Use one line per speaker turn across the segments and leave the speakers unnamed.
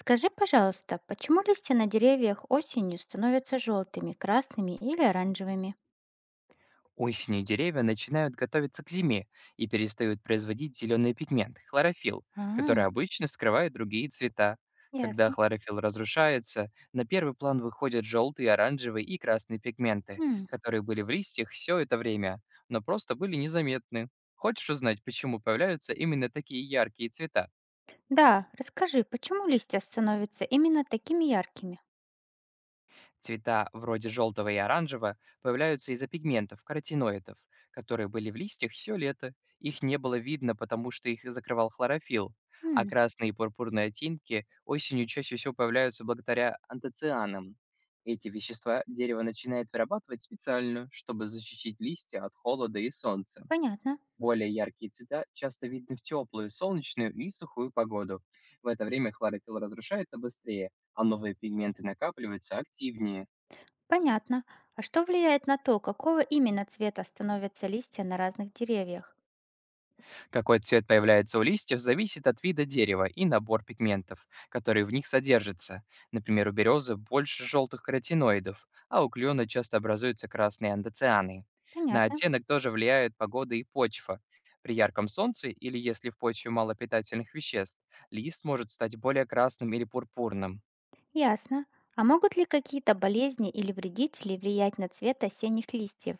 Скажи, пожалуйста, почему листья на деревьях осенью становятся желтыми, красными или оранжевыми?
Осенью деревья начинают готовиться к зиме и перестают производить зеленый пигмент– хлорофилл,
А,
который обычно скрывает другие цвета. Когда
ясно.
хлорофилл разрушается, на первый план выходят желтые, оранжевые и красные пигменты,
М,
которые были в листьях все это время, но просто были незаметны. Хочешь узнать, почему появляются именно такие яркие цвета?
да, расскажи, почему листья становятся именно такими яркими?
Цвета вроде желтого и оранжевого появляются из-за пигментов, каротиноидов, которые были в листьях все лето. Их не было видно, потому что их закрывал хлорофилл. А
М,
красные и пурпурные оттенки осенью чаще всего появляются благодаря антоцианам. Эти вещества дерево начинает вырабатывать специально, чтобы защитить листья от холода и солнца.
понятно,
Более яркие цвета часто видны в теплую, солнечную и сухую погоду. В это время хлорофилл разрушается быстрее, а новые пигменты накапливаются активнее.
понятно. А что влияет на то, какого именно цвета становятся листья на разных деревьях?
Какой цвет появляется у листьев, зависит от вида дерева и набор пигментов, которые в них содержатся. Например, у березы больше желтых каротиноидов, а у клена часто образуются красные андоцианы. На
Понятно,
оттенок тоже влияют погода и почва. При ярком солнце или если в почве мало питательных веществ, лист может стать более красным или пурпурным.
ясно. А могут ли какие-то болезни или вредители влиять на цвет осенних листьев?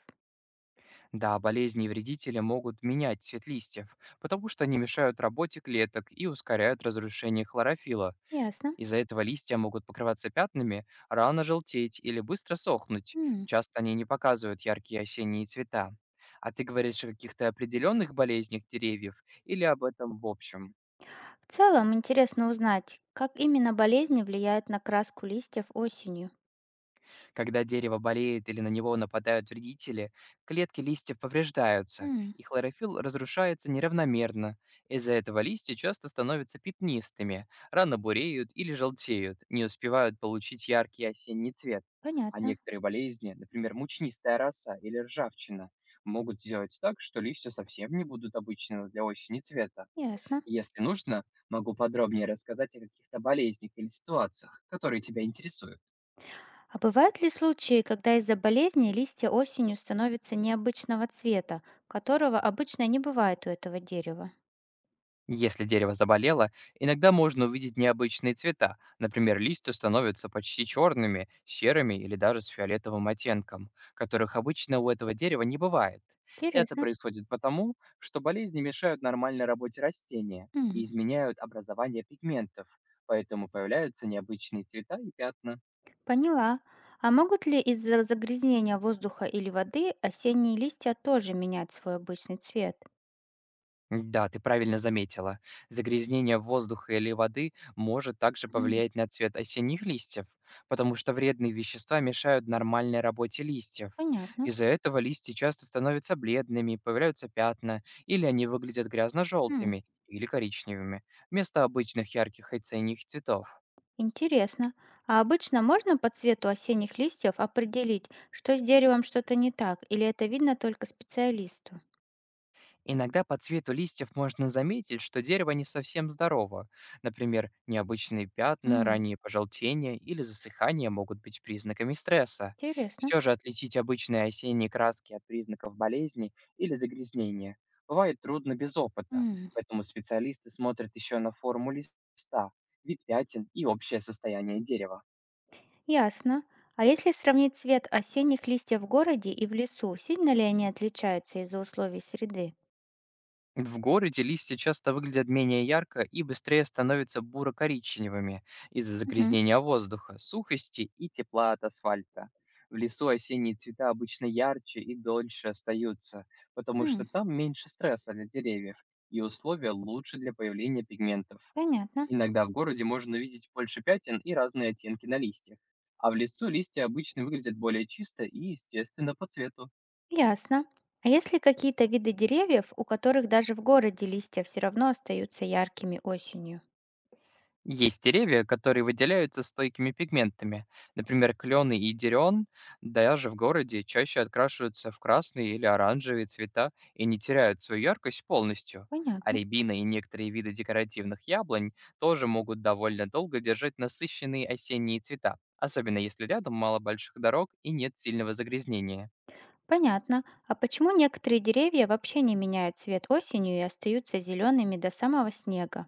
Да, болезни и вредители могут менять цвет листьев, потому что они мешают работе клеток и ускоряют разрушение хлорофила.
Ясно.
Из-за этого листья могут покрываться пятнами, рано желтеть или быстро сохнуть.
М.
Часто они не показывают яркие осенние цвета. А ты говоришь о каких-то определенных болезнях деревьев или об этом в общем?
В целом, интересно узнать, как именно болезни влияют на краску листьев осенью.
Когда дерево болеет или на него нападают вредители, клетки листьев повреждаются,
М,
и хлорофилл разрушается неравномерно. Из-за этого листья часто становятся пятнистыми, рано буреют или желтеют, не успевают получить яркий осенний цвет. А
понятно,
некоторые болезни, например, мучнистая роса или ржавчина, могут сделать так, что листья совсем не будут обычного для осени цвета.
ясно.
Если нужно, могу подробнее рассказать о каких-то болезнях или ситуациях, которые тебя интересуют.
А бывают ли случаи, когда из-за болезни листья осенью становятся необычного цвета, которого обычно не бывает у этого дерева?
Если дерево заболело, иногда можно увидеть необычные цвета. Например, листья становятся почти черными, серыми или даже с фиолетовым оттенком, которых обычно у этого дерева не бывает. Это
Интересно.
происходит потому, что болезни мешают нормальной работе растения
М,
и изменяют образование пигментов, поэтому появляются необычные цвета и пятна.
поняла. А могут ли из-за загрязнения воздуха или воды осенние листья тоже менять свой обычный цвет?
Да, ты правильно заметила. Загрязнение воздуха или воды может также
М,
повлиять на цвет осенних листьев, потому что вредные вещества мешают нормальной работе листьев.
понятно.
Из-за этого листья часто становятся бледными, появляются пятна, или они выглядят
М.
грязно-желтыми или коричневыми, вместо обычных ярких осенних цветов.
Интересно. А обычно можно по цвету осенних листьев определить, что с деревом что-то не так, или это видно только специалисту?
Иногда по цвету листьев можно заметить, что дерево не совсем здорово. Например, необычные пятна,
М,
ранние пожелтения или засыхание могут быть признаками стресса.
интересно.
Все же отличить обычные осенние краски от признаков болезни или загрязнения бывает трудно без опыта,
М,
поэтому специалисты смотрят еще на форму листа, вид пятен и общее состояние дерева.
ясно. А если сравнить цвет осенних листьев в городе и в лесу, сильно ли они отличаются из-за условий среды?
В городе листья часто выглядят менее ярко и быстрее становятся буро-коричневыми из-за
Мгм.
загрязнения воздуха, сухости и тепла от асфальта. В лесу осенние цвета обычно ярче и дольше остаются, потому что
М,
там меньше стресса для деревьев и условия лучше для появления пигментов.
понятно.
Иногда в городе можно увидеть больше пятен и разные оттенки на листьях, а в лесу листья обычно выглядят более чисто и естественно по цвету.
Ясно. А есть ли какие-то виды деревьев, у которых даже в городе листья все равно остаются яркими осенью?
Есть деревья, которые выделяются стойкими пигментами. Например, клены и дерен даже в городе чаще открашиваются в красные или оранжевые цвета и не теряют свою яркость полностью. А
Понятно.
рябина и некоторые виды декоративных яблонь тоже могут довольно долго держать насыщенные осенние цвета, особенно если рядом мало больших дорог и нет сильного загрязнения.
Понятно. А почему некоторые деревья вообще не меняют цвет осенью и остаются зелеными до самого снега?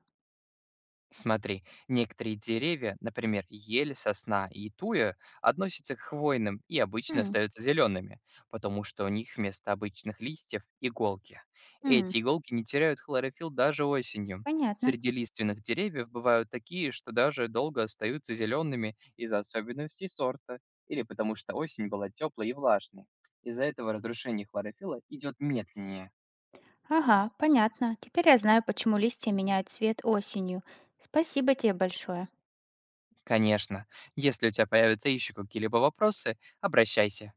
Смотри, некоторые деревья, например, ель, сосна и туя, относятся к хвойным и обычно
М,
остаются зелеными, потому что у них вместо обычных листьев– иголки.
м,
Эти иголки не теряют хлорофилл даже осенью.
понятно.
Среди лиственных деревьев бывают такие, что даже долго остаются зелеными из-за особенностей сорта или потому что осень была теплой и влажной. Из-за этого разрушение хлорофилла идет медленнее.
Ага, понятно. Теперь я знаю, почему листья меняют цвет осенью. Спасибо тебе большое.
Конечно, если у тебя появятся еще какие-либо вопросы, обращайся.